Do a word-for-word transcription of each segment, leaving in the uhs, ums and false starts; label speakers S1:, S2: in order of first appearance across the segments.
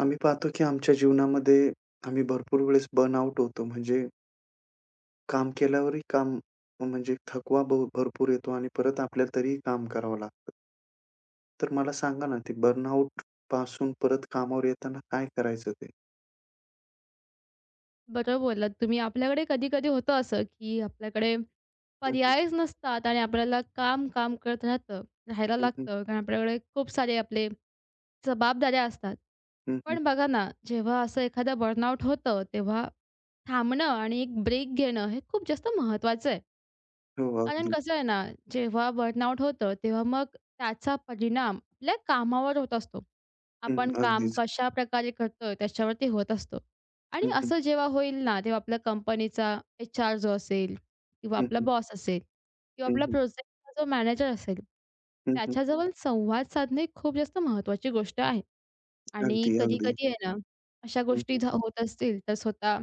S1: आम्ही पाहतो की आमच्या जीवनामध्ये आम्ही भरपूर वेळेस बर्नआउट होतो. म्हणजे काम केल्यावरही काम म्हणजे थकवा भ भरपूर येतो आणि परत आपल्याला तरीही काम करावं लागतं. तर मला सांगा ना, ते बर्नआउट पासून परत कामावर येताना काय करायचं ते?
S2: बरोबर बोललात तुम्ही. आपल्याकडे कधी-कधी होतं असं, की आपल्याकडे
S1: हं, हं.
S2: पर्यायच नसतात आणि आपल्याला काम, काम करत राहतं राहायला
S1: हं, हं.
S2: लागतं. कारण आपल्याकडे खूप सारे आपले जबाबदाऱ्या असतात.
S1: हं,
S2: पण बघा ना, जेव्हा असं एखादं बर्नआउट होतं, तेव्हा थांबणं आणि एक ब्रेक घेणं हे खूप जास्त महत्त्वाचं आहे.
S1: हो,
S2: कारण
S1: अगदी.
S2: कसं आहे ना, जेव्हा बर्नआउट होतं, तेव्हा मग त्याचा परिणाम आपल्या कामावर होत असतो.
S1: हं,
S2: आपण काम
S1: अगदीच.
S2: कशाप्रकारे करतोय त्याच्यावरती होत असतो. आणि
S1: हं, हं.
S2: असं जेव्हा होईल ना, तेव्हा आपल्या कंपनीचा एच-आर जो असेल किंवा
S1: हं,
S2: आपला
S1: हं.
S2: बॉस असेल किंवा
S1: हं,
S2: आपला
S1: हं.
S2: प्रोजेक्टचा जो मॅनेजर असेल, त्याच्याजवळ संवाद साधणे खूप जास्त महत्त्वाची गोष्ट आहे. आणि
S1: अगदी, अगदी.
S2: कधी-कधी आहे ना, अशा
S1: हं,
S2: गोष्टी
S1: हं.
S2: झ होत असतील तर स्वतः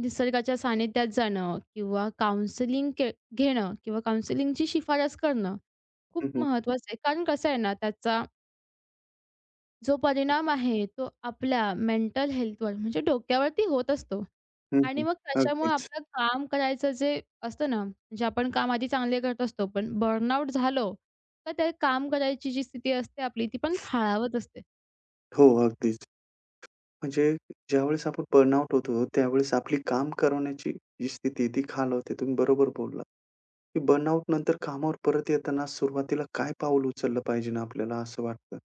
S2: निसर्गाच्या सानिध्यात जाणं किंवा काउन्सिलिंग के घेणं किंवा काउन्सिलिंगची शिफारस करणं खूप
S1: हं, हं.
S2: महत्त्वाचं आहे. कारण कसं आहे ना, त्याचा जो परिणाम आहे तो आपल्या मेंटल हेल्थवर म्हणजे डोक्यावरती होत असतो. आणि
S1: हं,
S2: मग त्याच्यामुळे
S1: अगदीच.
S2: आपलं काम करायचं जे असतं ना, म्हणजे आपण काम आधी चांगले करत असतो, पण बर्नआउट झालो, तर ते काम करायची जी स्थिती असते आपली ती पण खालावत असते.
S1: हो, अगदीच. म्हणजे ज्यावेळेस आपण बर्नआउट होतो, त्यावेळेस आपली काम करवण्याची जी स्थिती आहे, ती खालवते. तुम्ही बरोबर बोललात, की बर्नआउट नंतर कामावर परत येताना सुरुवातीला काय पाऊल उचललं पाहिजे ना आपल्याला असं वाटतं?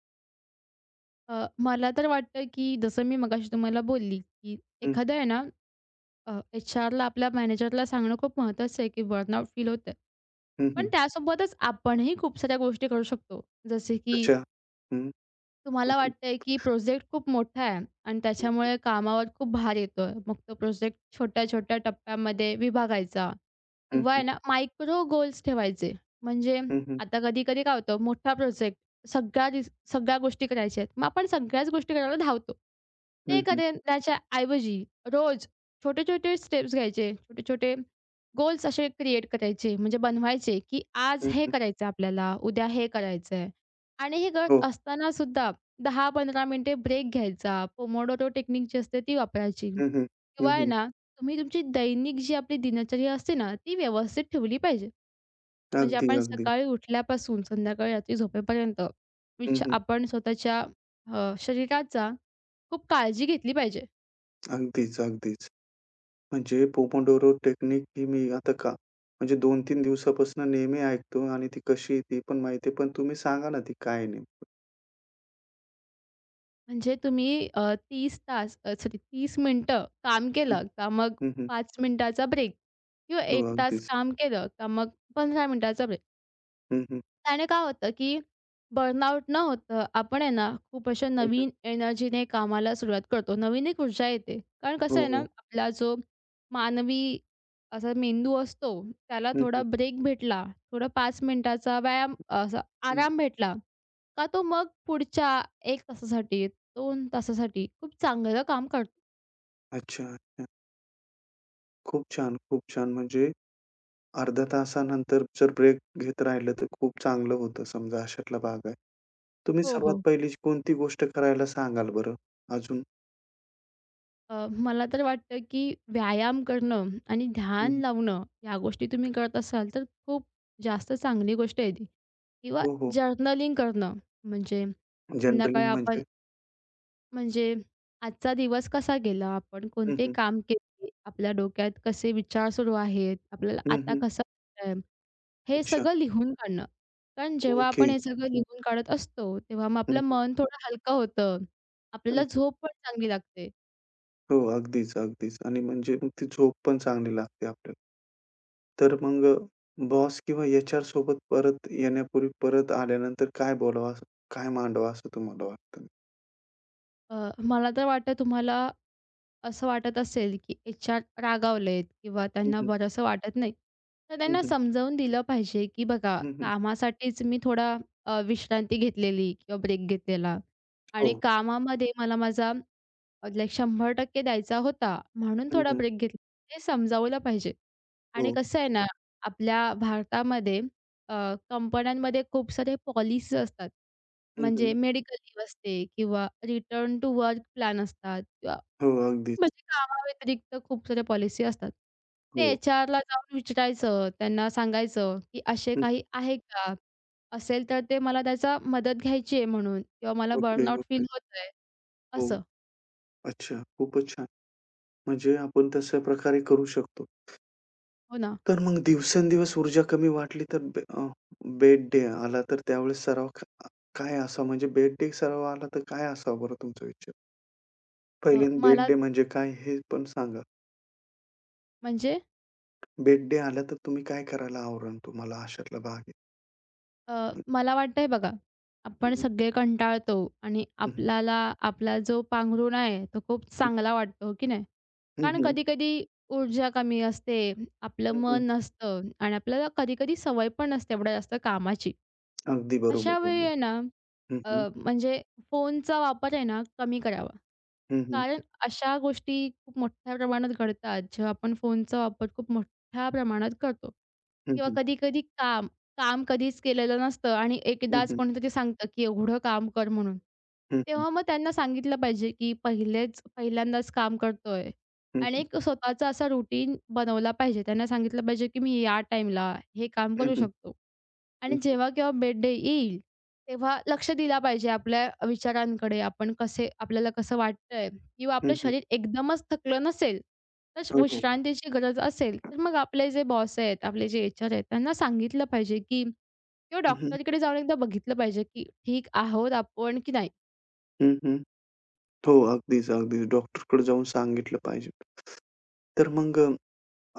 S2: अ, मला तर वाटतं, की जसं मी मगाशी तुम्हाला बोलली, की
S1: हं,
S2: एखादा आहे ना, अ, एच-आरला आपल्या मॅनेजरला सांगणं खूप महत्त्वाचं आहे, की बर्नआउट फील होतं आहे.
S1: हं,
S2: पण
S1: हं.
S2: त्यासोबतच आपणही खूप साऱ्या गोष्टी करू शकतो. जसे की
S1: कशा? हं, हं,
S2: तुम्हाला
S1: हं,
S2: वाटतंय की प्रोजेक्ट खूप मोठा आहे आणि
S1: हं,
S2: त्याच्यामुळे कामावर खूप भार येतोय. मग तो प्रोजेक्ट छोट्या-छोट्या टप्प्यांमध्ये विभागायचा
S1: हं,
S2: किंवा आहे
S1: हं,
S2: ना, मायक्रो गोल्स ठेवायचे. म्हणजे
S1: हं, हं,
S2: आता कधी-कधी काय होतं मोठा प्रोजेक्ट सगळ्या रिस सगळ्या गोष्टी करायच्या आहेत. मग आपण सगळ्याच गोष्टी करायला धावतो.
S1: हं,
S2: ते
S1: हं,
S2: करण्याच्या ऐवजी रोज छोटे-छोटे स्टेप्स घ्यायचे, छोटे-छोटे गोल्स असे क्रिएट करायचे म्हणजे बनवायचे, की आज हे
S1: हं,
S2: करायचं आपल्याला, उद्या हे करायचंय आणि हे करत
S1: हो.
S2: असताना सुद्धा दहा पंधरा मिनिटे ब्रेक घ्यायचा. पोमोडोरो टेक्निक जी असते ती वापरायची.
S1: हं, हं, हं,
S2: किंवा आहे
S1: हं.
S2: ना, तुम्ही तुमची दैनिक जी आपली दिनचर्या असते ना, ती व्यवस्थित ठेवली पाहिजे. म्हणजे
S1: अगदी,
S2: आपण
S1: अगदी.
S2: सकाळी उठल्यापासून संध्याकाळी रात्री झोपेपर्यंत
S1: हं,
S2: विच
S1: हं.
S2: आपण स्वतःच्या अ, शरीराचा खूप काळजी घेतली पाहिजे.
S1: अगदीच, अगदीच. म्हणजे पोमोडोरो टेक्निक ही मी आता का म्हणजे दोन ते तीन दिवसापासून नेहमी ऐकतो आणि ती कशी आहे ती पण माहिती आहे. पण तुम्ही सांगा ना ती काय आहे नेमकं?
S2: म्हणजे तुम्ही अ, तीस तास सॉरी तीस मिनिटं काम केलं का मग
S1: हं, हं.
S2: पाच मिनिटाचा ब्रेक किंवा
S1: हो,
S2: एक तास
S1: अगदीच.
S2: काम केलं का मग पंधरा मिनिटाचा ब्रेक.
S1: हं, हं.
S2: त्याने काय होतं, की बर्नआउट न होतं आपण आहे ना, खूप अशा
S1: हं, हं.
S2: नवीन एनर्जीने कामाला सुरुवात करतो. नवीन एक ऊर्जा येते. कारण कसं
S1: हो,
S2: आहे ना,
S1: हो.
S2: आपला जो मानवी असा मेंदू असतो, त्याला
S1: हं,
S2: थोडा
S1: हं.
S2: ब्रेक भेटला, थोडा पाच मिनिटाचा व्यायाम असा
S1: हं.
S2: आराम भेटला, का तो मग पुढच्या एक तासासाठी, दोन तासासाठी खूप चांगलं काम करतो.
S1: अच्छा, अच्छा. खूप छान, खूप छान. म्हणजे अर्ध्या तासानंतर जर ब्रेक घेत राहिलं तर खूप चांगलं होतं समजा अशातला भाग आहे. तुम्ही
S2: हो,
S1: सर्वात
S2: हो.
S1: पहिली कोणती गोष्ट करायला सांगाल बरं अजून?
S2: अ, मला तर वाटतं, की व्यायाम करणं आणि
S1: हं,
S2: ध्यान
S1: हं.
S2: लावणं या गोष्टी तुम्ही करत असाल, तर खूप जास्त चांगली गोष्ट आहे ती. किंवा
S1: हो, हो.
S2: जर्नलिंग करणं, म्हणजे
S1: जनरली
S2: संध्याकाळी आपण
S1: म्हणजे
S2: म्हणजे आजचा दिवस कसा गेला, आपण
S1: हं,
S2: कोणते
S1: हं.
S2: काम केले, आपल्या डोक्यात कसे विचार सुरू आहेत, आपल्याला
S1: हं,
S2: आता
S1: हं.
S2: कसा वाटतंय, हे
S1: अच्छा.
S2: सगळं लिहून काढणं. कारण जेव्हा
S1: ओके.
S2: आपण हे सगळं लिहून काढत असतो, तेव्हा मग
S1: हं,
S2: आपलं
S1: हं.
S2: मन थोडं हलकं होतं.
S1: हं,
S2: आपल्याला
S1: हं.
S2: झोप पण चांगली लागते.
S1: हो, अगदीच, अगदीच आणि म्हणजे मग ती झोप पण चांगली लागते आपल्याला. तर मग बॉस किंवा एच-आर सोबत परत येण्यापूर्वी, परत आल्यानंतर काय बोलावं असं काय मांडावं असं तुम्हाला वाटतं?
S2: अ, मला तर वाटतं तुम्हाला असं वाटत असेल, की एचआर रागावलेत किंवा
S1: हं,
S2: त्यांना
S1: हं.
S2: बरंसं वाटत नाही, तर
S1: हं,
S2: त्यांना
S1: हं.
S2: समजावून दिलं पाहिजे, की बघा
S1: हं, हं.
S2: कामासाठीच मी थोडा अ, विश्रांती घेतलेली किंवा ब्रेक घेतलेला आणि
S1: हो.
S2: कामामध्ये मला माझा लाइक शंभर टक्के द्यायचा होता, म्हणून
S1: हं,
S2: थोडा
S1: हं.
S2: ब्रेक घेतला. हे समजावलं पाहिजे. आणि
S1: हो.
S2: कसं आहे ना, आपल्या भारतामध्ये अ, कंपन्यांमध्ये खूप सारे पॉलिसीज असतात.
S1: हं, हं.
S2: म्हणजे मेडिकल लीव्ह असते किंवा रिटर्न टू वर्क प्लॅन असतात.
S1: हो, अगदीच.
S2: म्हणजे कामाव्यतिरिक्त खूप साऱ्या पॉलिसी असतात. ते
S1: हो.
S2: एचआरला जाऊन विचारायचं, त्यांना सांगायचं, की असे
S1: हं, हं.
S2: काही आहे का? असेल तर ते मला त्याचा मदत घ्यायची आहे म्हणून किंवा मला
S1: ओके,
S2: बर्नआउट फील
S1: ओके.
S2: होतंय,
S1: हो.
S2: असं.
S1: अच्छा. खूपच छान. म्हणजे आपण तशा प्रकारे करू शकतो.
S2: हो ना.
S1: तर मग दिवसेंदिवस ऊर्जा कमी वाटली तर बे अ, बेड डे आला तर त्यावेळेस सराव क काय असावा? म्हणजे बेड डे सराव आला तर काय असावा बरं तुमचा विचार?
S2: अ,
S1: पहिल्यांदा बेड
S2: मला
S1: डे म्हणजे काय हे पण सांगा?
S2: म्हणजे
S1: बेड-डे आला तर तुम्ही काय करायला आवरण तुम्हाला अशातला भाग आहे.
S2: अ,
S1: हं,
S2: मला वाटतंय बघा, आपण
S1: हं,
S2: सगळे कंटाळतो आणि
S1: हं,
S2: आपल्याला आपला जो पांघरुणा आहे, तो खूप
S1: हं,
S2: चांगला वाटतो, हो की नाही? कारण
S1: हं,
S2: कधी-कधी ऊर्जा कमी असते, आपलं
S1: हं, हं.
S2: मन नसतं आणि आपल्याला कधी-कधी सवय पण नसते एवढ्या जास्त कामाची.
S1: अगदी बरोबर
S2: अशा वेळी
S1: बोलली.
S2: आहे ना,
S1: हं, हं,
S2: अ, म्हणजे फोनचा वापर आहे ना, कमी करावा.
S1: हं, हं,
S2: कारण अशा गोष्टी खूप मोठ्या प्रमाणात घडतात, जेव्हा आपण फोनचा वापर खूप मोठ्या प्रमाणात करतो.
S1: हं,
S2: किंवा
S1: हं,
S2: कधी-कधी काम, काम कधीच केलेलं नसतं आणि
S1: हं, हं,
S2: एकदाच
S1: हं,
S2: कोणीतरी सांगतं, की "एवढं काम कर" म्हणून.
S1: हं,
S2: तेव्हा मग त्यांना सांगितलं पाहिजे, की पहिलेच पहिल्यांदाच काम करतोय
S1: हं,
S2: आणि
S1: हं,
S2: एक स्वतःचा असा रुटीन बनवला पाहिजे. त्यांना सांगितलं पाहिजे, की "मी या टाईमला हे काम
S1: हं,
S2: करू
S1: हं,
S2: शकतो." आणि
S1: हं,
S2: जेव्हा केव्हा बेड डे येईल, तेव्हा लक्ष दिला पाहिजे आपल्या विचारांकडे. आपण कसे आपल्याला कसं वाटतंय किंवा आपलं
S1: हं,
S2: शरीर एकदमच थकलं नसेल, तर श-
S1: हो, हो.
S2: विश्रांतीची गरज असेल, तर मग आपले जे बॉस आहेत, आपले जे एचआर आहेत, त्यांना सांगितलं पाहिजे, की किंवा
S1: हं, हं,
S2: डॉक्टरकडे जाऊन एकदा बघितलं पाहिजे, की ठीक आहोत आपण की नाही.
S1: हं, हं. हो, अगदीच, अगदीच. डॉक्टरकडे जाऊन सांगितलं पाहिजे. तर मग अ,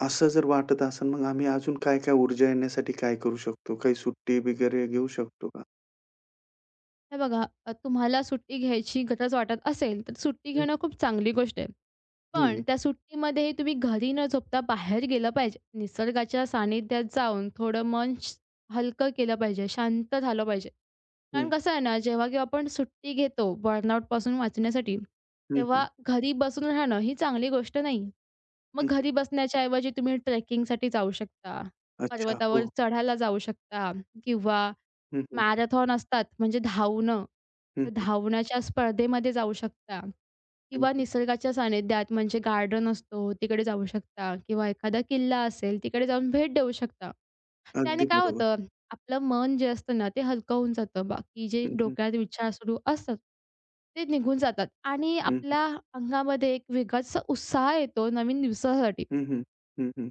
S1: असं जर वाटत असेल मग आम्ही अजून काय-काय ऊर्जा येण्यासाठी काय करू शकतो? काही सुट्टी वगैरे घेऊ शकतो का?
S2: हे बघा, अ, तुम्हाला सुट्टी घ्यायची गरज वाटत असेल, तर सुट्टी
S1: हं,
S2: घेणं खूप चांगली गोष्ट आहे.
S1: हं,
S2: पण त्या सुट्टीमध्येही तुम्ही घरी न झोपता बाहेर गेलं पाहिजे. निसर्गाच्या सानिध्यात जाऊन थोडं मन श हलकं केलं पाहिजे, शांत झालं पाहिजे.
S1: हं,
S2: कारण कसं आहे ना, जेव्हा केव्हा आपण सुट्टी घेतो बर्नआउटपासून वाचण्यासाठी,
S1: हं, हं,
S2: तेव्हा घरी बसून राहणं ही चांगली गोष्ट नाही. मग
S1: हं.
S2: घरी बसण्याच्या ऐवजी तुम्ही ट्रेकिंगसाठी जाऊ शकता.
S1: अच्छा.
S2: पर्वतावर
S1: हो.
S2: चढायला जाऊ शकता किंवा
S1: हं, हं,
S2: मॅरेथॉन असतात, म्हणजे धावणं.
S1: हं,
S2: तर
S1: हं,
S2: धावण्याच्या स्पर्धेमध्ये जाऊ शकता
S1: हं,
S2: किंवा
S1: हं.
S2: निसर्गाच्या सानिध्यात म्हणजे गार्डन असतो तिकडे जाऊ शकता किंवा एखादा किल्ला असेल तिकडे जाऊन भेट देऊ शकता. त्याने
S1: अगदी
S2: काय
S1: बरोबर.
S2: होतं आपलं मन जे असतं ना, ते हलकं होऊन जातं. बाकी जे
S1: हं, हं.
S2: डोक्यात विचार सुरू असतात, ते निघून जातात आणि
S1: हं, हं.
S2: आपल्या अंगामध्ये एक वेगळाच उत्साह येतो नवीन दिवसासाठी.
S1: हं, हं. हं, हं.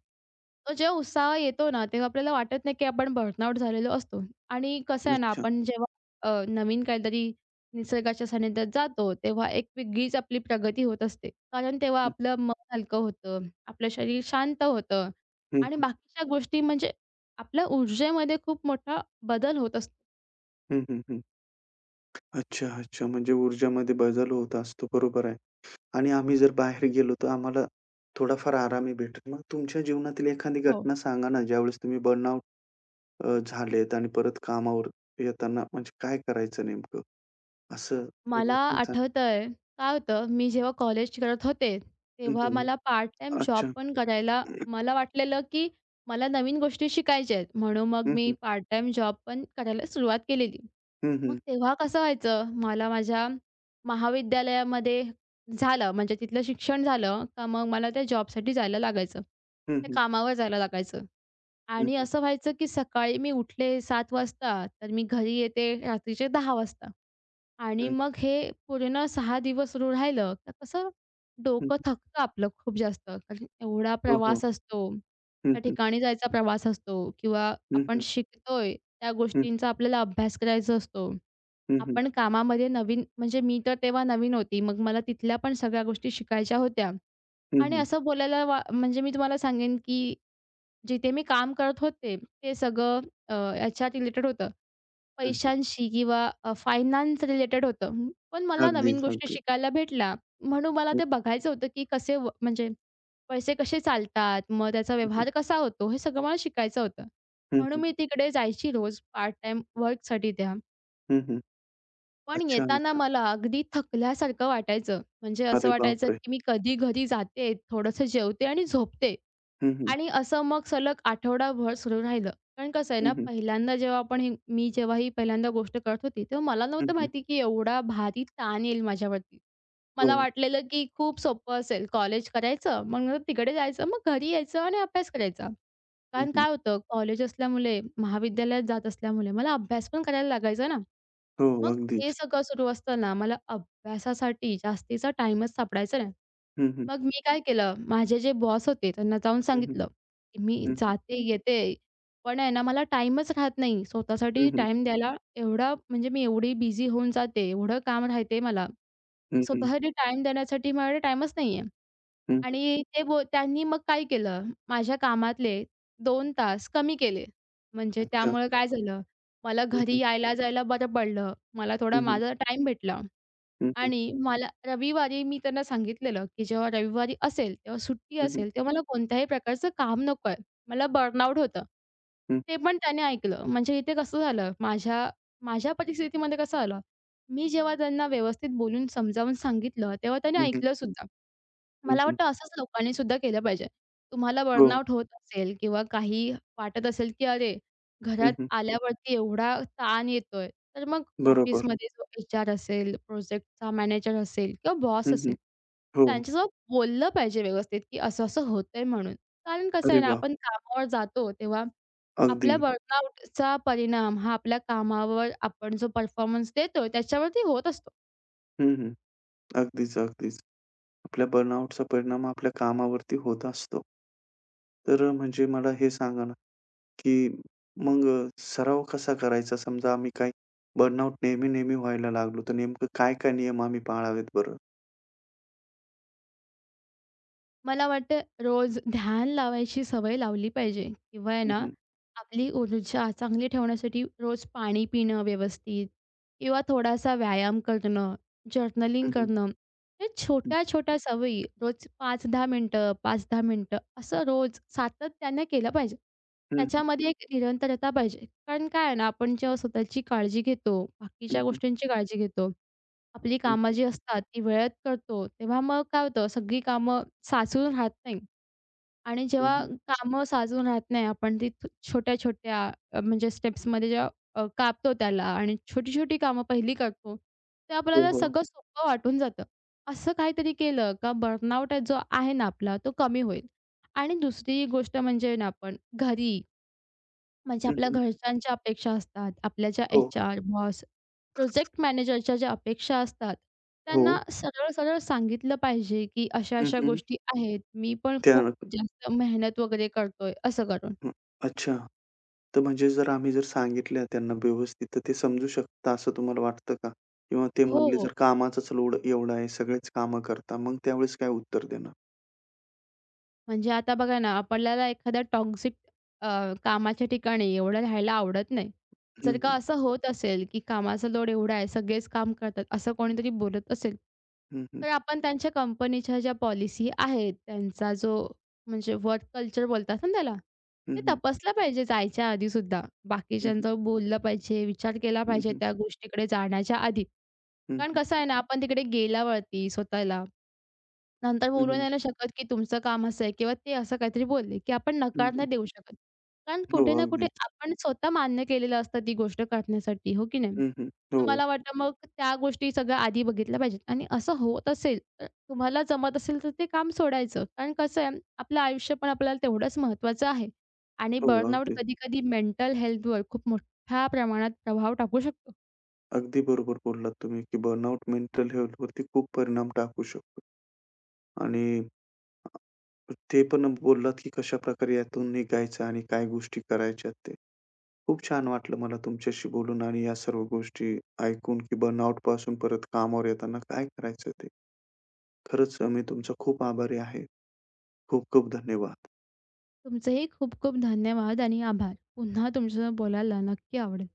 S2: तो जेव्हा उत्साह येतो ना, तेव्हा आपल्याला वाटत नाही, की आपण बर्नआउट झालेलो असतो. आणि कसं आहे ना,
S1: अच्छा.
S2: आपण जेव्हा अ, नवीन काहीतरी निसर्गाच्या सानिध्यात जातो, तेव्हा एक वेगळीच आपली प्रगती होत असते. कारण तेव्हा
S1: हं,
S2: आपलं मन हलकं होतं, आपलं शरीर शांत होतं
S1: हं,
S2: आणि
S1: हं.
S2: बाकीच्या गोष्टी म्हणजे आपल्या ऊर्जेमध्ये खूप मोठा बदल होत असतो.
S1: हं, हं, हं. अच्छा, अच्छा. म्हणजे ऊर्जामध्ये बदल होत असतो. बरोबर आहे. आणि आम्ही जर बाहेर गेलो तर आम्हाला थोडाफार आरामही भेटेल. मग तुमच्या जीवनातील एखादी
S2: हो.
S1: घटना सांगा ना, ज्यावेळेस तुम्ही बर्नआउट अ, झालेत आणि परत कामावर येताना म्हणजे काय करायचं नेमकं? असं एक
S2: मला
S1: घटना सांगा.
S2: आठवतंय, काय होतं, मी जेव्हा कॉलेज करत होते,
S1: हं,
S2: तेव्हा
S1: हं. हं.
S2: मला पार्ट टाईम जॉब
S1: अच्छा.
S2: पण करायला मला वाटलेलं, की मला नवीन गोष्टी शिकायच्या आहेत. म्हणून मग
S1: हं,
S2: मी
S1: हं.
S2: पार्ट टाईम जॉब पण करायला सुरुवात केलेली.
S1: हं,
S2: मग
S1: हं.
S2: तेव्हा कसं व्हायचं, मला माझ्या महाविद्यालयामध्ये झालं, म्हणजे तिथलं शिक्षण झालं, का मग मला त्या जॉबसाठी जायला लागायचं.
S1: हं,
S2: त्या
S1: हं.
S2: कामावर जायला लागायचं
S1: हं,
S2: आणि
S1: हं.
S2: असं व्हायचं, की सकाळी मी उठले सात वाजता, तर मी घरी येते रात्रीचे दहा वाजता. आणि
S1: हं,
S2: मग हे पूर्ण सहा दिवस सुरू राहिलं, तर कसं
S1: हं.
S2: डोकं
S1: हं.
S2: थकतं आपलं खूप जास्त. कारण एवढा
S1: हो, हो.
S2: प्रवास असतो, त्या ठिकाणी जायचा प्रवास असतो किंवा
S1: हं,
S2: आपण
S1: हं.
S2: शिकतोय त्या
S1: हं, हं.
S2: गोष्टींचा आपल्याला अभ्यास करायचा असतो.
S1: हं, हं.
S2: आपण कामामध्ये नवीन म्हणजे मी तर तेव्हा नवीन होती. मग मला तिथल्या पण सगळ्या गोष्टी शिकायच्या होत्या.
S1: हं,
S2: आणि
S1: हं.
S2: असं बोलायला वा म्हणजे मी तुम्हाला सांगेन, की जिथे मी काम करत होते, ते सगळं अ, याच्या रिलेटेड होतं.
S1: हं, हं.
S2: पैशांशी किंवा अ, फायनान्स रिलेटेड होतं. पण मला नवीन
S1: अगदीच,
S2: गोष्टी
S1: अगदीच.
S2: शिकायला भेटल्या. म्हणून मला
S1: हं,
S2: ते बघायचं होतं, की कसे व म्हणजे पैसे कसे चालतात, मग त्याचा
S1: हं, हं.
S2: व्यवहार कसा होतो, हे सगळं मला शिकायचं होतं.
S1: हं,
S2: म्हणून
S1: हं.
S2: मी तिकडे जायची रोज पार्ट टाईम वर्कसाठी त्या.
S1: हं,
S2: पण
S1: अच्छा,
S2: येताना
S1: अच्छा.
S2: मला अगदी थकल्यासारखं वाटायचं. म्हणजे असं
S1: अरे
S2: वाटायचं,
S1: बापरे!
S2: की मी कधी घरी जाते, थोडंसं जेवते आणि झोपते.
S1: हं, हं.
S2: आणि असं मग सलग आठवडाभर सुरू राहिलं. कारण कसं आहे
S1: हं,
S2: ना,
S1: हं.
S2: पहिल्यांदा जेव्हा आपण ही मी जेव्हा ही पहिल्यांदा गोष्ट करत होती, तेव्हा मला
S1: हं,
S2: नव्हतं
S1: हं.
S2: माहिती की एवढा भारी ताण येईल माझ्यावरती. मला
S1: हो.
S2: वाटलेलं की खूप सोपं असेल. कॉलेज करायचं, मग नंतर तिकडे जायचं, मग घरी यायचं आणि अभ्यास करायचा.
S1: हं,
S2: कारण
S1: हं.
S2: काय होतं, कॉलेज असल्यामुळे, महाविद्यालयात जात असल्यामुळे मला अभ्यास पण करायला लागायचा ना.
S1: हो,
S2: मग ते
S1: अगदीच.
S2: सगळं सुरू असताना मला अभ्यासासाठी जास्तीचा टाईमच सापडायचा नाही.
S1: हं.
S2: मग मी काय केलं, माझे जे बॉस होते त्यांना जाऊन
S1: हं, हं.
S2: सांगितलं, की "मी
S1: हं, हं.
S2: जाते, येते, पण आहे ना मला टाईमच राहत नाही
S1: हं,
S2: स्वतःसाठी
S1: हं.
S2: टाईम द्यायला. एवढा म्हणजे मी एवढी बिझी होऊन जाते, एवढं काम राहते मला, की
S1: हं, हं.
S2: स्वतःसाठी टाईम देण्यासाठी माझ्याकडे टाईमच नाहीये."
S1: हं, हं.
S2: आणि ते बो त्यांनी मग काय केलं, माझ्या कामातले दोन तास कमी केले. म्हणजे
S1: अच्छा.
S2: त्यामुळे काय झालं, मला
S1: हं,
S2: घरी
S1: हं.
S2: यायला जायला बरं पडलं. मला
S1: हं,
S2: थोडा
S1: हं.
S2: माझा टाईम भेटला.
S1: हं, हं.
S2: आणि मला रविवारी मी त्यांना सांगितलेलं, की जेव्हा रविवारी असेल, तेव्हा सुट्टी
S1: हं, हं.
S2: असेल, तेव्हा मला कोणत्याही प्रकारचं काम नकोय. मला बर्नआउट होतं. ते पण त्याने ऐकलं. म्हणजे इथे कसं झालं, माझ्या माझ्या परिस्थितीमध्ये कसं आलं, मी जेव्हा त्यांना व्यवस्थित बोलून समजावून सांगितलं, तेव्हा त्याने हं.
S1: हं, हं.
S2: ऐकलंसुद्धा.
S1: हं, हं.
S2: मला
S1: हं.
S2: वाटतं असंच लोकांनी सुद्धा केलं पाहिजे. तुम्हाला
S1: हो.
S2: बर्नआउट होत असेल किंवा काही वाटत असेल, की अरे, घरात
S1: हं, हं.
S2: आल्यावरती एवढा ताण येतोय, तर मग
S1: बरोबर.
S2: ऑफिसमध्ये जो एच-आर असेल, प्रोजेक्टचा मॅनेजर असेल किंवा बॉस
S1: हं, हं.
S2: असेल,
S1: हो.
S2: त्यांच्यासोबत बोललं पाहिजे व्यवस्थित, की असं-असं होतंय म्हणून. कारण कसं
S1: अरे
S2: आहे ना,
S1: वाह!
S2: आपण कामावर जातो तेव्हा आपल्या
S1: अगदी.
S2: बर्नआउटचा परिणाम हा आपल्या कामावर आपण जो परफॉर्मन्स देतोय त्याच्यावरती होत असतो.
S1: हं, हं. अगदीच, अगदीच. आपल्या बर्नआउटचा परिणाम आपल्या कामावरती होत असतो. तर अ, म्हणजे मला हे सांगा ना की मग अ, सराव कसा करायचा? समजा आम्ही काही बर्नआउट नेहमी-नेहमी व्हायला लागलो, तर नेमकं काय-काय नियम आम्ही पाळावेत बरं?
S2: मला वाटतं रोज ध्यान लावायची सवय लावली पाहिजे किंवा आहे
S1: हं,
S2: ना,
S1: हं.
S2: आपली ऊर्जा चांगली ठेवण्यासाठी रोज पाणी पिणं व्यवस्थित किंवा थोडासा व्यायाम करणं,
S1: हं,
S2: जर्नलिंग
S1: हं.
S2: करणं, हे
S1: हं.
S2: छोट्या-छोट्या सवयी रोज पाच ते दहा मिनिटं, पाच ते दहा मिनिटं असं रोज सातत्याने केलं पाहिजे.
S1: हं, हं.
S2: त्याच्यामध्ये एक निरंतरता पाहिजे. कारण काय आहे ना, आपण जेव्हा स्वतःची काळजी घेतो,
S1: हं,
S2: बाकीच्या
S1: हं.
S2: गोष्टींची काळजी घेतो, आपली
S1: हं,
S2: कामं
S1: हं.
S2: जी असतात ती वेळेत करतो, तेव्हा मग काय होतं सगळी कामं साचून राहत नाही आणि
S1: हं,
S2: जेव्हा
S1: हं.
S2: कामं साचून राहत नाही आपण ती छोट्या-छोट्या अ, म्हणजे स्टेप्समध्ये जेव्हा अ, कापतो त्याला आणि छोटी-छोटी कामं पहिली करतो, ते
S1: हो,
S2: आपल्याला
S1: हो.
S2: सगळं सोपं वाटून जातं. असं काहीतरी केलं का बर्नआउट जो आहे ना आपला तो कमी होईल आणि दुसरी गोष्ट म्हणजे ना आपण घरी म्हणजे
S1: हं,
S2: आपल्या
S1: हं.
S2: घरच्यांच्या अपेक्षा असतात, आपल्या ज्या
S1: हो,
S2: एच-आर, बॉस, प्रोजेक्ट मॅनेजरच्या ज्या अपेक्षा असतात,
S1: हो.
S2: त्यांना सरळ-सरळ सांगितलं पाहिजे, की
S1: हं,
S2: अशा-अशा
S1: हं.
S2: गोष्टी आहेत. मी पण
S1: त्या
S2: खूप जास्त मेहनत वगैरे करतोय, असं करून.
S1: हं. अच्छा. तर म्हणजे जर आम्ही जर सांगितलं त्यांना व्यवस्थित, तर ते समजू शकता असं तुम्हाला वाटतं का? किंवा ते
S2: हो,
S1: म्हणले
S2: हो.
S1: जर कामाचाच लोड एवढा आहे, सगळेच कामं करता, मग त्यावेळेस काय उत्तर देणार?
S2: म्हणजे आता बघा ना, आपल्याला एखाद्या टॉक्सिक कामाच्या ठिकाणी एवढं राहायला आवडत नाही. जर
S1: हं,
S2: का
S1: हं.
S2: असं होत असेल, की कामाचा लोड एवढा आहे, सगळेच काम करतात, असं कोणीतरी बोलत असेल,
S1: हं, हं.
S2: तर आपण त्यांच्या कंपनीच्या ज्या पॉलिसी आहेत, त्यांचा जो म्हणजे वर्क कल्चर बोलतात ना त्याला,
S1: हं,
S2: ते
S1: हं.
S2: तपासलं पाहिजे जायच्या आधीसुद्धा.
S1: हं, हं.
S2: बाकीच्यांचं बोललं पाहिजे, विचार केला
S1: हं,
S2: पाहिजे
S1: हं.
S2: त्या गोष्टीकडे जाण्याच्या आधी.
S1: हं,
S2: कारण
S1: हं.
S2: कसं आहे ना, आपण तिकडे गेल्यावरती स्वतःला नंतर
S1: हं,
S2: बोलू
S1: हं.
S2: नाही ना शकत, की तुमचं काम असं आहे किंवा ते असं काहीतरी बोलले, की आपण
S1: हं,
S2: नकार
S1: हं.
S2: नाही देऊ शकत. कारण
S1: हो,
S2: कुठे ना कुठे
S1: अगदीच.
S2: आपण स्वतः मान्य केलेलं असतं ती गोष्ट करण्यासाठी, हो की नाही?
S1: हं, हं.
S2: तर
S1: हो,
S2: मला वाटतं मग त्या गोष्टी सगळ्या आधी बघितल्या पाहिजेत आणि असं होत असेल तर तुम्हाला जमत असेल तर ते काम सोडायचं. कारण कसं आहे आपलं आयुष्य पण आपल्याला तेवढंच महत्त्वाचं आहे आणि
S1: हो.
S2: बर्नआउट
S1: अगदी.
S2: कधी-कधी मेंटल हेल्थवर खूप मोठ्या प्रमाणात प्रभाव टाकू शकतो.
S1: अगदी बरोबर बोललात तुम्ही, की बर्नआउट मेंटल हेल्थवरती खूप परिणाम टाकू शकतो. आणि ते पण बोललात, की कशाप्रकारे यातून निघायचं आणि काय गोष्टी करायच्या ते. खूप छान वाटलं मला तुमच्याशी बोलून आणि या सर्व गोष्टी ऐकून, की बर्नआउटपासून परत कामावर येताना काय करायचं ते. खरंच अ, मी तुमचा खूप आभारी आहे. खूप खूप धन्यवाद.
S2: तुमचेही खूप खूप धन्यवाद आणि आभार. पुन्हा तुमच्यासोबत बोलायला नक्की आवडेल.